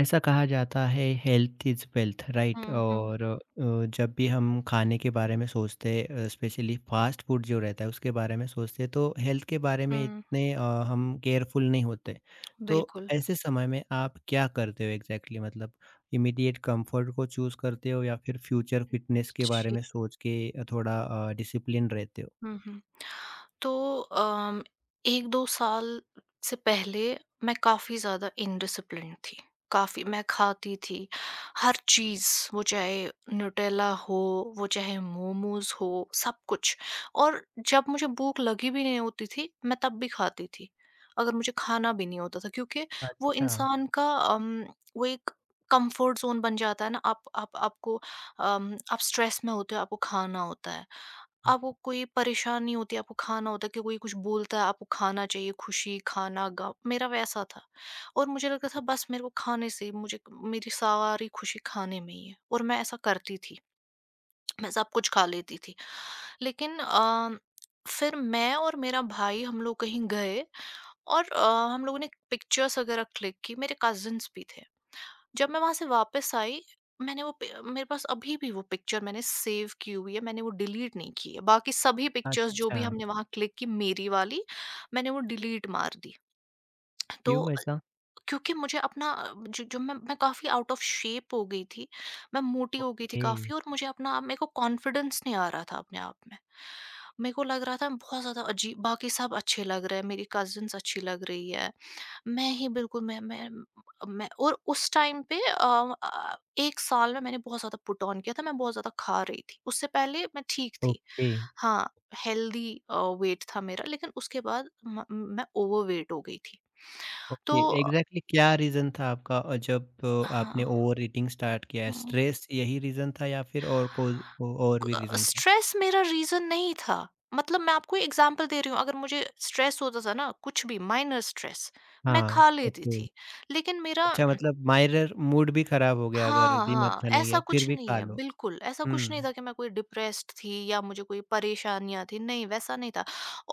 ऐसा कहा जाता है हेल्थ इज़ वेल्थ, राइट? हुँ, हुँ, और जब भी हम खाने के बारे में सोचते हैं, स्पेशली फास्ट फूड जो रहता है उसके बारे में सोचते हैं, तो हेल्थ के बारे में हुँ, इतने हम केयरफुल नहीं होते। तो बिल्कुल, ऐसे समय में आप क्या करते हो एग्जैक्टली exactly? मतलब इमीडिएट कंफर्ट को चूज करते हो या फिर फ्यूचर फिटनेस के बारे जी। में सोच के थोड़ा डिसिप्लिन रहते हो? हुँ, हुँ। तो 1-2 साल से पहले मैं काफ़ी ज़्यादा इनडिसिप्लिन्ड थी। काफ़ी मैं खाती थी, हर चीज़, वो चाहे न्यूटेला हो, वो चाहे मोमोज़ हो, सब कुछ। और जब मुझे भूख लगी भी नहीं होती थी, मैं तब भी खाती थी। अगर मुझे खाना भी नहीं होता था क्योंकि वो अच्छा। इंसान का वो एक कम्फर्ट ज़ोन बन जाता है ना। आप आपको आप स्ट्रेस में होते हो, आपको खाना होता है। हाँ, आपको कोई परेशानी होती है, आपको खाना होता है कि कोई कुछ बोलता है, आपको खाना चाहिए, खुशी, खाना, गम। मेरा वैसा था और मुझे लगता था बस मेरे को खाने से ही, मुझे मेरी सारी खुशी खाने में ही है और मैं ऐसा करती थी। मैं सब कुछ खा लेती थी। लेकिन फिर मैं और मेरा भाई हम लोग कहीं गए और हम लोगों ने पिक्चर्स वगैरह क्लिक की। मेरे कज़िन्स भी थे। जब मैं वहाँ से वापस आई, मैंने वो पि मेरे पास अभी भी वो पिक्चर मैंने सेव की हुई है, मैंने वो डिलीट नहीं की है। बाकी सभी पिक्चर्स जो अच्छा। भी हमने वहाँ क्लिक की मेरी वाली, मैंने वो डिलीट मार दी। तो क्यों ऐसा? क्योंकि मुझे अपना जो जो मैं काफ़ी आउट ऑफ शेप हो गई थी, मैं मोटी हो गई थी ओके। काफ़ी और मुझे अपना, मेरे को कॉन्फिडेंस नहीं आ रहा था अपने आप में। मेरे को लग रहा था मैं बहुत ज़्यादा अजीब, बाकी सब अच्छे लग रहे हैं, मेरी कज़िन्स अच्छी लग रही है। मैं ही बिल्कुल, मैं और उस टाइम पे 1 साल में मैंने बहुत ज़्यादा पुट ऑन किया था, मैं बहुत ज़्यादा खा रही थी। उससे पहले मैं ठीक थी। ओके। हाँ, हेल्दी वेट था मेरा, लेकिन उसके बाद म मैं ओवरवेट हो गई थी। तो ओके, एग्जैक्टली क्या रीज़न था आपका जब हाँ, आपने ओवरईटिंग स्टार्ट किया? है, हुँ, स्ट्रेस यही रीज़न था या फिर और कोई ओ और भी क रीज़न था? स्ट्रेस मेरा रीज़न नहीं था। मतलब मैं आपको एग्ज़ाम्पल दे रही हूँ, अगर मुझे स्ट्रेस होता था ना, कुछ भी माइनर स्ट्रेस, मैं हाँ, खा लेती ओके। थी। लेकिन मेरा, अच्छा, मतलब माइरर मूड भी खराब हो गया, अगर हाँ, दिन हाँ, अच्छा नहीं ऐसा गया, फिर कुछ भी नहीं खा है, लो। बिल्कुल, ऐसा कुछ नहीं हुँ, था कि मैं कोई डिप्रेस्ड थी या मुझे कोई परेशानियाँ थी, नहीं वैसा नहीं था।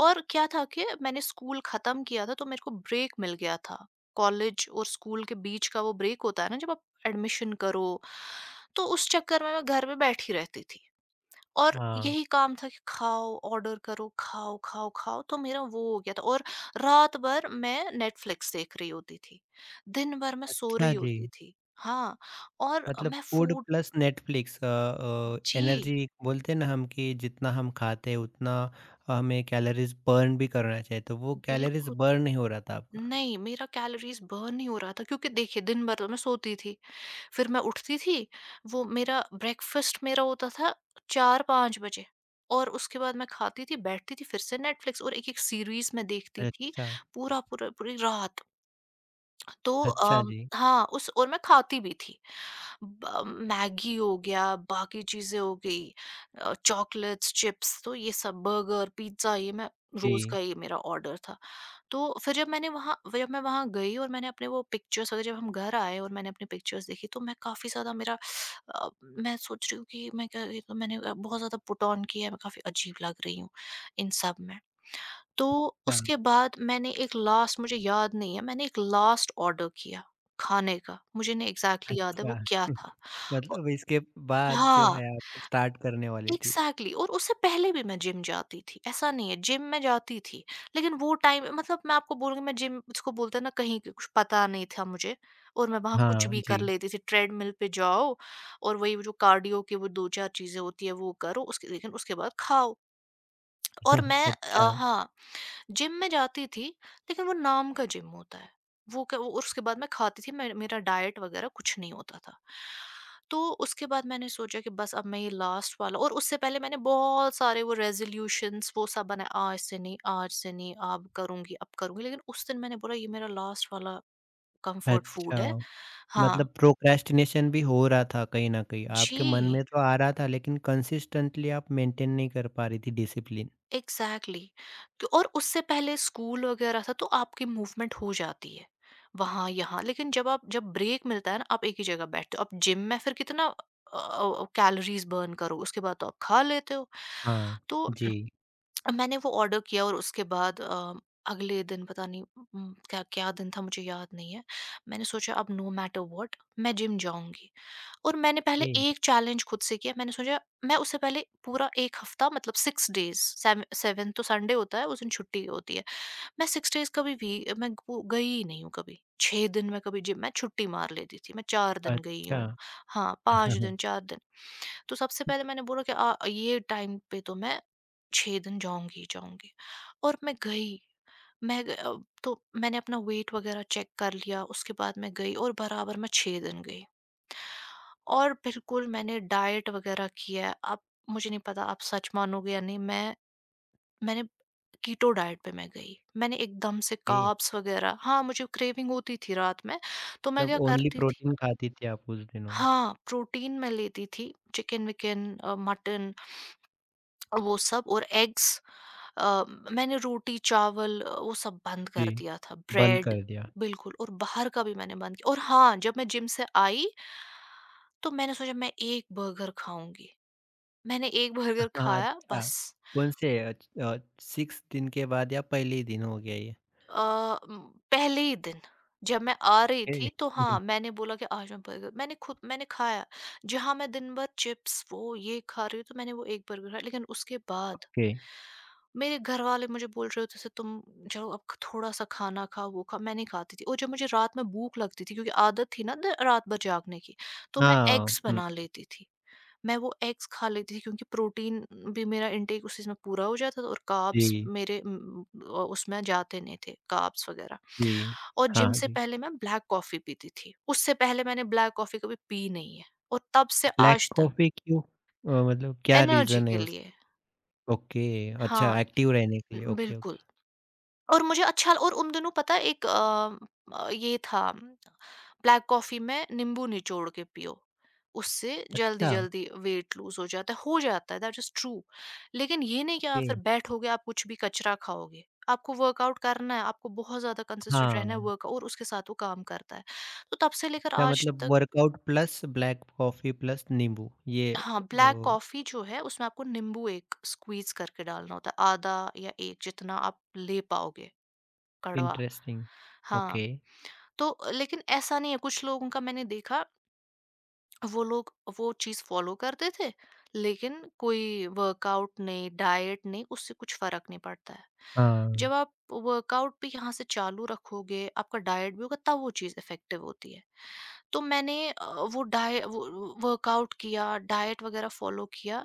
और क्या था कि मैंने स्कूल खत्म किया था तो मेरे को ब्रेक मिल गया था। कॉलेज और स्कूल के बीच का वो ब्रेक होता है ना, जब आप एडमिशन करो, तो उस चक्कर में मैं घर में बैठी रहती थी। और हाँ। यही काम था कि खाओ, ऑर्डर करो, खाओ, खाओ, खाओ, तो मेरा वो हो गया था और रात भर मैं नेटफ्लिक्स देख रही होती थी। दिन भर मैं सो अच्छा रही जी। होती थी। हाँ, और मतलब मैं फूड फूड, प्लस नेटफ्लिक्स जी, एनर्जी। बोलते हैं ना हम कि जितना हम खाते हैं उतना हमें कैलोरीज़ बर्न भी करना चाहिए, तो वो कैलोरीज़ बिल्कुल। बर्न नहीं हो रहा था आपका? नहीं, मेरा कैलोरीज़ बर्न नहीं हो रहा था क्योंकि देखिए दिन भर तो मैं सोती थी, फिर मैं उठती थी, वो मेरा ब्रेकफ़ास्ट मेरा होता था 4-5 बजे और उसके बाद मैं खाती थी, बैठती थी, फिर से नेटफ्लिक्स, और एक-एक सीरीज़ मैं देखती थी अच्छा। पूरा पूरा पूरी रात। तो अच्छा जी। हाँ, उस, और मैं खाती भी थी। ब मैगी हो गया, बाकी चीज़ें हो गई, चॉकलेट्स, चिप्स, तो ये सब बर्गर, पिज़्ज़ा ये मैं रोज़ जी। का, ये मेरा ऑर्डर था। तो फिर जब मैं वहाँ गई और मैंने अपने वो पिक्चर्स वगैरह, जब हम घर आए और मैंने अपनी पिक्चर्स देखी, तो मैं काफ़ी ज़्यादा, मेरा मैं सोच रही हूँ कि मैं क्या, ये तो मैंने बहुत ज़्यादा पुट ऑन किया है, मैं काफ़ी अजीब लग रही हूँ इन सब में। तो उसके बाद मैंने एक लास्ट, मुझे याद नहीं है, मैंने एक लास्ट ऑर्डर किया खाने का, मुझे नहीं एग्ज़ैक्टली याद है अच्छा। वो क्या था। अ, मतलब इसके बाद जो हाँ, है आप स्टार्ट करने वाली थी। एग्ज़ैक्टली, और उससे पहले भी मैं जिम जाती थी, ऐसा नहीं है, जिम मैं जाती थी, लेकिन वो टाइम मतलब मैं आपको बोलूँगी, मैं जिम जिसको बोलते हैं ना, कहीं क कुछ पता नहीं था मुझे और मैं वहाँ कुछ हाँ भी जी। कर लेती थी, ट्रेडमिल पे जाओ और वही वो, जो कार्डियो की वो 2-4 चीज़ें होती है वो करो, उसके, लेकिन उसके बाद खाओ और मैं, अच्छा। हाँ। जिम में जाती थी, लेकिन वो नाम का जिम होता है। वो उसके बाद मैं खाती थी, मे मेरा डाइट वगैरह कुछ नहीं होता था। तो उसके बाद मैंने सोचा कि बस, अब मैं ये लास्ट वाला, और उससे पहले मैंने बहुत सारे वो रेज़ोल्यूशंस वो सब बनाए, आज से नहीं, अब करूँगी, अब करूँगी। लेकिन उस दिन मैंने बोला ये मेरा लास्ट वाला कम्फर्ट अच्छा। फूड है। हाँ, मतलब प्रोक्रेस्टिनेशन भी हो रहा था कहीं न कहीं, जी। आपके मन में तो आ रहा था लेकिन कंसिस्टेंटली आप मेंटेन नहीं कर पा रही थी डिसिप्लिन। एग्ज़ैक्टली, क्यों, और उससे पहले स्कूल वगैरह था तो आपकी मूवमेंट हो जाती है, वहाँ यहाँ, लेकिन जब ब्रेक मिलता है ना, आप एक ही जगह बैठते हो। आप जिम में फिर कितना कैलोरीज़ बर्न करो, उसके बाद तो आप खा लेते हो। हाँ। तो जी। मैंने वो ऑर्डर किया और उसके बाद अगले दिन पता नहीं क्या, क्या दिन था, मुझे याद नहीं है। मैंने सोचा अब नो मैटर व्हाट, मैं जिम जाऊँगी, और मैंने पहले ए एक चैलेंज खुद से किया। मैंने सोचा मैं, उससे पहले पूरा 1 हफ्ता, मतलब 6 डेज़ सेव 7th, तो संडे होता है, उस दिन छुट्टी होती है। मैं 6 डेज़ कभी भी मैं गो गई ही नहीं हूँ कभी। 6 दिन, मैं कभी जिम मैं छुट्टी मार लेती थी। मैं 4 दिन गई अच्छा। हूँ। हाँ, 5 दिन, 4 दिन। तो सबसे पहले मैंने बोला कि ये टाइम पे तो मैं 6 दिन जाऊंगी ही जाऊंगी और मैं गई, मैं ग- अ, तो मैंने अपना वेट वगैरह चेक कर लिया, उसके बाद मैं गई और बराबर मैं 6 दिन गई और बिल्कुल मैंने डाइट वगैरह किया, अब मुझे नहीं पता आप सच मानोगे या नहीं, मैंने कीटो डाइट पे मैं गई, मैंने एकदम से ए कार्ब्स वगैरह, हाँ मुझे क्रेविंग होती थी रात में, तो मैं मतलब क्या ओनली करती थी, प्रोटीन खाती थी आप उस दिनों में। हाँ प्रोटीन मैं लेती थी, चिकन विकन, मटन, वो सब और एग्स, अ, मैंने रोटी, चावल, वो सब बंद जी, कर दिया था, बंद ब्रेड कर दिया। बिल्कुल, और बाहर का भी मैंने बंद किया, और हाँ, जब मैं जिम से आई, तो मैंने सोचा मैं 1 बर्गर खाऊँगी। मैंने 1 बर्गर हाँ, खाया, अच्छा। बस। कौन से 6 दिन के बाद या पहले ही दिन हो गया ये? अ, उम, पहले ही दिन जब मैं आ रही ए थी तो हाँ, मैंने बोला कि आज मैं बर्गर, मैंने खुद, मैंने खाया। जहाँ मैं दिन भर चिप्स, वो ये खा रही हूँ, तो मैंने वो एक बर्गर खाया, लेकिन उसके बाद ओके। मेरे घरवाले मुझे बोल रहे होते थे तुम चलो अब थोड़ा-सा खाना खाओ, वो खाओ, मैं नहीं खाती थी, और जब मुझे रात में भूख लगती थी क्योंकि आदत थी ना द रात भर जागने की, तो मैं हाँ, एग्स हुँ, बना लेती थी। मैं वो एग्स खा लेती थी क्योंकि प्रोटीन भी मेरा इनटेक उसी में पूरा हो जाता था और कार्ब्स जी, मेरे उसमें जाते नहीं थे, कार्ब्स वगैरह। जी, और हाँ, जिम से जी। पहले मैं ब्लैक कॉफी पीती थी, उससे पहले मैंने ब्लैक कॉफी कभी पी नहीं है, और तब से ब्लैक आज तक। कॉफ़ी क्यों? मतलब क्या एनर्जी रीज़न के है लिए। उसका? ओके, हाँ, अच्छा, एक्टिव रहने के लिए, ओके, बिल्कुल। ओके। और मुझे अच्छा, और उन दिनों पता है एक, ये था ब्लैक कॉफ़ी में नींबू निचोड़ के पियो, उससे अच्छा, जल्दी-जल्दी वेट लूज़ हो जाता है, हो जाता है, दैट इज़ ट्रू। लेकिन ये नहीं कि आप ओके, फिर बैठोगे, आप कुछ भी कचरा खाओगे। आपको वर्कआउट करना है, आपको बहुत ज़्यादा कंसिस्टेंट रहना है, हाँ। वर्क और उसके साथ वो काम करता है। तो तब से लेकर अच्छा आज मतलब तक। Workout plus black coffee plus नींबू ये हाँ, ब्लैक अ, कॉफ़ी जो है, उसमें आपको नींबू एक स्क्वीज़ करके डालना होता है, आधा या 1, जितना आप ले पाओगे, कड़वा। इंटरेस्टिंग। हाँ। ओके, तो लेकिन ऐसा नहीं है, कुछ लोगों का मैंने देखा, वो लोग वो चीज़ फ़ॉलो करते थे, लेकिन कोई वर्कआउट नहीं, डाइट नहीं, उससे कुछ फ़र्क नहीं पड़ता है। हाँ। जब आप वर्कआउट भी यहाँ से चालू रखोगे, आपका डाइट भी होगा तब वो चीज़ इफ़ेक्टिव होती है। तो मैंने वो वर्कआउट किया, डाइट वग़ैरह फ़ॉलो किया।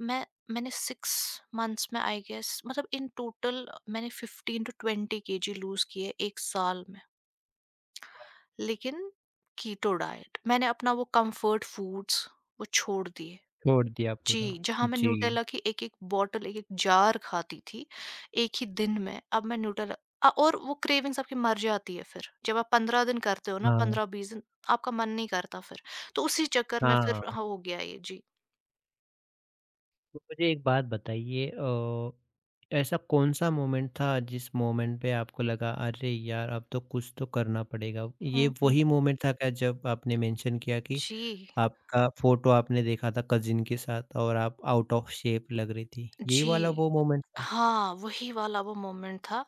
मैं मैंने 6 मंथ्स में आई गेस, मतलब इन टोटल मैंने 15 टू 20 केजी लूज़ किए 1 साल में। लेकिन कीटो डाइट, मैंने अपना वो कंफर्ट फूड्स वो छोड़ दिए। छोड़ दिया पूरा? जी, जहाँ मैं जी, न्यूटेला की एक-एक बॉटल, एक-एक जार खाती थी, एक ही दिन में, अब मैं न्यूटेला और वो क्रेविंग्स आपकी मर जाती है फिर। जब आप 15 दिन करते हो ना, हाँ, 15-20 दिन, आपका मन नहीं करता फिर। तो उसी चक्कर में फिर हाँ। हाँ, हो गया ये। जी। मुझे एक बात बताइए, ऐसा कौन सा मोमेंट था जिस मोमेंट पे आपको लगा अरे यार अब तो कुछ तो करना पड़ेगा? ये हुँ, हुँ। वही मोमेंट था क्या जब आपने मेंशन किया कि जी। आपका फोटो आपने देखा था कजिन के साथ और आप आउट ऑफ शेप लग रही थी? यही वाला जी। वो मोमेंट था? हाँ, वही वाला वो मोमेंट था,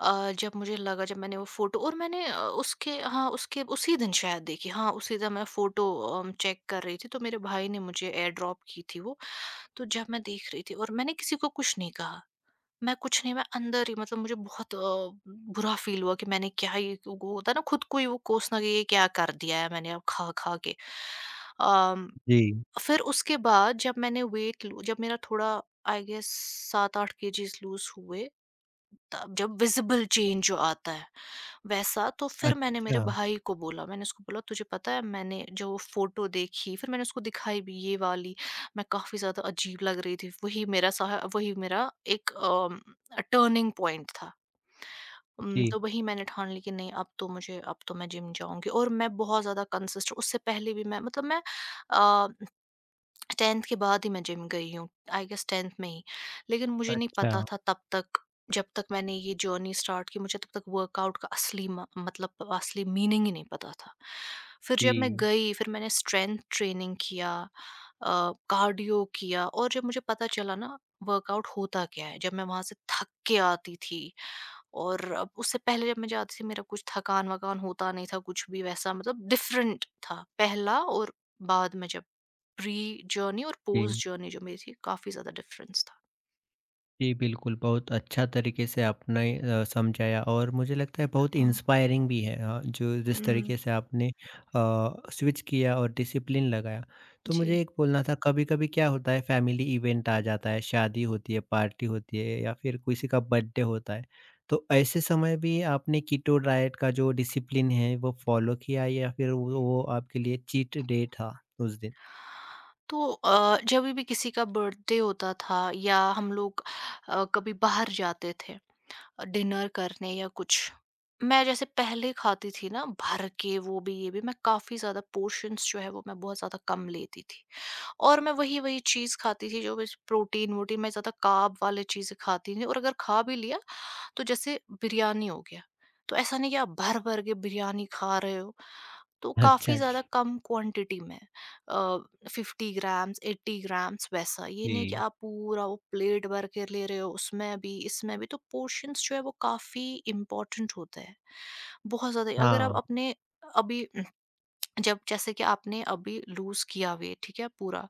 जब मुझे लगा, जब मैंने वो फ़ोटो, और मैंने उसके, हाँ, उसके उसी दिन शायद देखी, हाँ, उसी दिन मैं फ़ोटो चेक कर रही थी, तो मेरे भाई ने मुझे एयर ड्रॉप की थी वो। तो जब मैं देख रही थी, और मैंने किसी को कुछ नहीं कहा। मैं कुछ नहीं, मैं अंदर ही, मतलब मुझे बहुत बुरा फ़ील हुआ कि मैंने क्या ये, वो होता है ना खुद को ही वो कोसना कि ये क्या कर दिया है मैंने अब खा-खा के। अम जी। फिर उसके बाद जब मैंने वेट लो जब मेरा थोड़ा आई गेस 7-8 केजीस लूज़ हुए, तब जब विज़िबल चेंज जो आता है वैसा, तो फिर मैंने मेरे अच्छा। भाई को बोला, मैंने उसको बोला, तुझे पता है मैंने जो फ़ोटो देखी, फिर मैंने उसको दिखाई भी ये वाली। मैं काफ़ी ज़्यादा अजीब लग रही थी। वही मेरा एक टर्निंग पॉइंट था। जी। तो वही मैंने ठान ली कि नहीं, अब तो मुझे, अब तो मैं जिम जाऊँगी, और मैं बहुत ज़्यादा कंसिस्ट उससे पहले भी मैं, मतलब मैं अ 10th के बाद ही मैं जिम गई हूँ, आई गेस 10th में ही। लेकिन मुझे नहीं अच्छा। पता था तब तक, जब तक मैंने ये जर्नी स्टार्ट की, मुझे तब तक वर्कआउट का असली म मतलब, असली मीनिंग ही नहीं पता था। फिर जब मैं जी। गई, फिर मैंने स्ट्रेंथ ट्रेनिंग किया, कार्डियो किया, और जब मुझे पता चला ना वर्कआउट होता क्या है, जब मैं वहाँ से थक के आती थी, और अब उससे पहले जब मैं जाती थी, मेरा कुछ थकान-वकान होता नहीं था, कुछ भी वैसा, मतलब डिफ़रेंट था पहला, और बाद में जब, प्री जर्नी और जी। पोस्ट जर्नी जो मेरी थी, काफ़ी ज़्यादा डिफरेंस था। जी, बिल्कुल, बहुत अच्छा तरीके से आपने समझाया और मुझे लगता है बहुत हुँ, इंस्पायरिंग भी है, जो जिस हुँ, तरीके से आपने स्विच किया और डिसिप्लिन लगाया। तो जी। मुझे एक बोलना था, कभी-कभी क्या होता है फैमिली इवेंट आ जाता है, शादी होती है, पार्टी होती है या फिर किसी का बर्थडे होता है। तो ऐसे समय भी आपने कीटो डाइट का जो डिसिप्लिन है वो फॉलो किया या फिर वो आपके लिए चीट डे था उस दिन? तो जब भी किसी का बर्थडे होता था, या हम लोग कभी बाहर जाते थे, डिनर करने या कुछ, मैं जैसे पहले खाती थी ना भर के वो भी ये भी, मैं काफ़ी ज़्यादा पोर्शंस जो है वो मैं बहुत ज़्यादा कम लेती थी, और मैं वही-वही चीज़ खाती थी जो बस प्रोटीन-वोटीन, मैं ज़्यादा कार्ब वाले चीज़ें खाती नहीं, और अगर खा भी लिया, तो जैसे बिरयानी हो गया, तो ऐसा नहीं कि आप भर-भर के बिरयानी खा रहे हो, तो काफ़ी अच्छा जी। ज़्यादा कम क्वांटिटी में, अ, 50 ग्राम्स, 80 ग्राम्स वैसा। ये नहीं कि जी। आप पूरा वो प्लेट भर के ले रहे हो, उसमें भी, इसमें भी, तो पोर्शन्स जो है वो काफ़ी इम्पोर्टेंट होते हैं। बहुत ज़्यादा अगर आप हाँ, अपने अभी, जब जैसे कि आपने अभी लूज किया वेट, ठीक है, पूरा,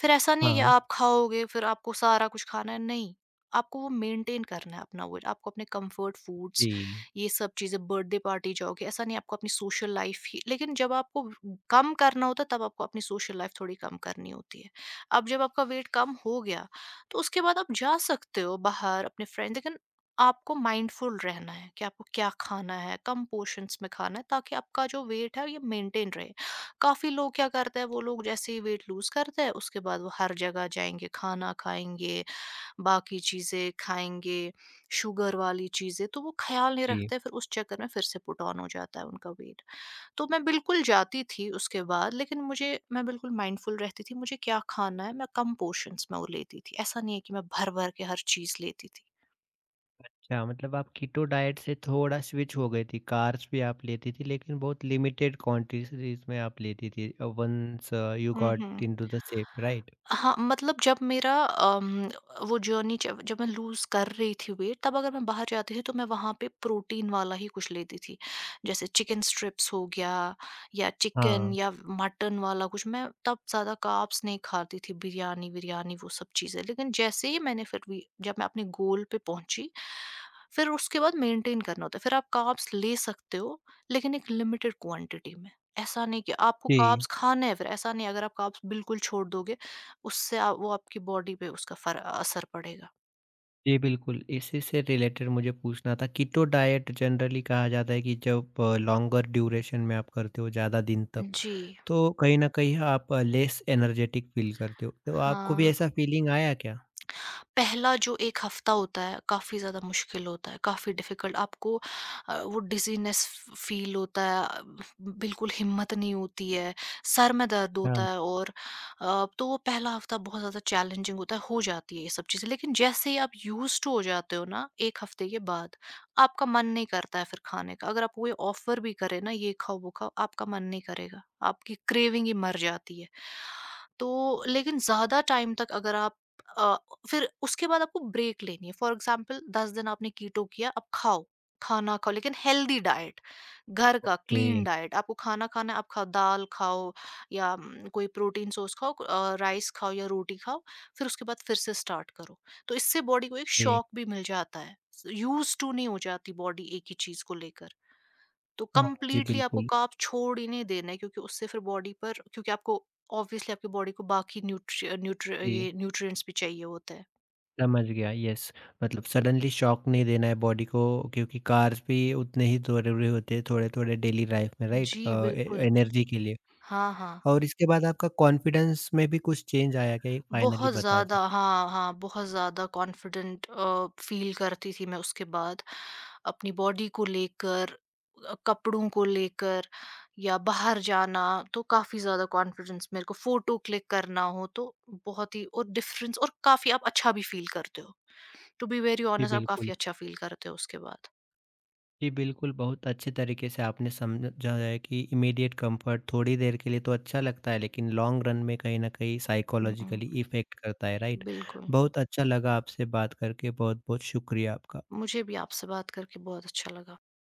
फिर ऐसा नहीं है कि हाँ। आप खाओगे फिर आपको सारा कुछ खाना है, नहीं, आपको वो मेंटेन करना है अपना वेट, आपको अपने कंफर्ट फूड्स, जी, ये सब चीजें, बर्थडे पार्टी जाओगे, ऐसा नहीं, आपको अपनी सोशल लाइफ ही, लेकिन जब आपको कम करना होता है, तब आपको अपनी सोशल लाइफ थोड़ी कम करनी होती है। अब जब आपका वेट कम हो गया, तो उसके बाद आप जा सकते हो बाहर अपने फ्रेंड, लेकिन आपको माइंडफुल रहना है कि आपको क्या खाना है, कम पोर्शन्स में खाना है, ताकि आपका जो वेट है ये मेंटेन रहे। काफ़ी लोग क्या करते हैं, वो लोग जैसे ही वेट लूज़ करते हैं, उसके बाद वो हर जगह जाएँगे, खाना खाएँगे, बाकी चीज़ें खाएँगे, शुगर वाली चीज़ें तो वो ख़्याल नहीं जी। रखते, फिर उस चक्कर में फिर से पुट ऑन हो जाता है उनका वेट। तो मैं बिल्कुल जाती थी उसके बाद, लेकिन मुझे मैं बिल्कुल माइंडफुल रहती थी, मुझे क्या खाना है, मैं कम पोर्शन्स में वो लेती थी। ऐसा नहीं है कि मैं भर-भर के हर चीज़ लेती थी। अच्छा मतलब आप कीटो डाइट से थोड़ा स्विच हो गई थी, कार्ब्स भी आप लेती थी लेकिन बहुत लिमिटेड क्वांटिटीज में आप लेती थी once you hmm, hmm. Got into the shape, right? हाँ, मतलब जब मेरा वो जर्नी, जब जब मैं लूज़ कर रही थी वेट, तब अगर मैं बाहर जाती थी, तो मैं वहाँ पे प्रोटीन वाला ही कुछ लेती थी। जैसे चिकन स्ट्रिप्स हो गया, या चिकन, हाँ या मटन वाला कुछ, मैं तब ज़्यादा कार्ब्स नहीं खाती थी, बिरयानी-विरयानी वो सब चीज़ें। लेकिन जैसे ही मैंने, फिर भी जब मैं अपने गोल पे पहुँची, फिर उसके बाद मेंटेन करना होता है। फिर आप कार्ब्स ले सकते हो, लेकिन एक लिमिटेड क्वांटिटी में। ऐसा नहीं कि आपको जी। कार्ब्स खाने हैं, फिर ऐसा नहीं, अगर आप कार्ब्स बिल्कुल छोड़ दोगे, उससे वो आपकी बॉडी पे उसका फर असर पड़ेगा। जी, बिल्कुल। इसी से रिलेटेड मुझे पूछना था, कीटो डाइट जनरली कहा जाता है कि जब लॉन्गर ड्यूरेशन में आप करते हो ज़्यादा दिन तक, जी। तो कहीं ना कहीं आप लेस एनर्जेटिक फील करते हो, तो आपको भी हाँ। ऐसा फीलिंग आया क्या? पहला जो 1 हफ्ता होता है, काफ़ी ज़्यादा मुश्किल होता है, काफ़ी डिफ़िकल्ट आपको, वो डिज़ीनेस फ फ़ील होता है, बिल्कुल हिम्मत नहीं होती है, सर में दर्द हाँ। होता है, और तो वो पहला हफ्ता बहुत ज़्यादा चैलेंजिंग होता है, हो जाती है ये सब चीज़ें। लेकिन जैसे ही आप यूज़्ड टू हो जाते हो ना 1 हफ्ते के बाद, आपका मन नहीं करता है फिर खाने का। अगर आपको कोई ऑफ़र भी करे ना, ये खाओ, वो खाओ, आपका मन नहीं करेगा, आपकी क्रेविंग ही मर जाती है। तो, लेकिन ज़्यादा टाइम तक अगर आप अ, फिर उसके बाद आपको ब्रेक लेनी है, फॉर एग्जाम्पल, 10 दिन आपने कीटो किया, अब खाओ, खाना खाओ, लेकिन हेल्दी डाइट, घर का ओके। क्लीन डाइट आपको खाना खाना है, आप खाओ, दाल खाओ, या कोई प्रोटीन सोर्स खाओ, राइस खाओ, या रोटी खाओ, फिर उसके बाद फिर से स्टार्ट करो, तो इससे बॉडी को एक ओके। शॉक भी मिल जाता है, यूज टू नहीं हो जाती बॉडी एक ही चीज को लेकर, तो हाँ जी, कंप्लीटली आपको बिल्कुल। कार्ब छोड़ ही नहीं देना है, क्योंकि उससे फिर बॉडी पर, क्योंकि आपको ऑब्वियसली आपकी बॉडी को बाकी न्यूट्रि न्यूट्रि जी, ये न्यूट्रिएंट्स भी चाहिए होते हैं। समझ गया, यस। मतलब सडनली शॉक नहीं देना है बॉडी को, क्योंकि कार्ब्स भी उतने ही ज़रूरी होते हैं थोड़े-थोड़े डेली लाइफ में, राइट? जी, ए बिल्कुल। एनर्जी के लिए। हाँ, हाँ। और इसके बाद आपका कॉन्फिडेंस में भी कुछ चेंज आया क्या, ये फाइनली बहुत बता ज़्यादा दीजिए? हाँ, हाँ, बहुत ज़्यादा कॉन्फिडेंट फ़ील करती थी मैं उसके बाद। अपनी बॉडी को लेकर, कपड़ों को लेकर, या बाहर जाना, तो काफ़ी ज़्यादा कॉन्फिडेंस, मेरे को फ़ोटो क्लिक करना हो तो बहुत ही, और डिफरेंस, और काफ़ी आप अच्छा भी फ़ील करते हो। टू बी वेरी जी, ऑनेस्ट, आप बिल्कुल। काफ़ी अच्छा फ़ील करते हो उसके बाद। जी, बिल्कुल, बहुत अच्छे तरीके से आपने समझाया है कि इमीडिएट कंफर्ट थोड़ी देर के लिए तो अच्छा लगता है लेकिन लॉन्ग रन में कहीं न कहीं हुँ, हुँ, साइकोलॉजिकली इफ़ेक्ट करता है, राइट? बिल्कुल। बहुत अच्छा लगा आपसे बात करके, बहुत-बहुत शुक्रिया आपका। मुझे भी आपसे बात करके बहुत अच्छा लगा।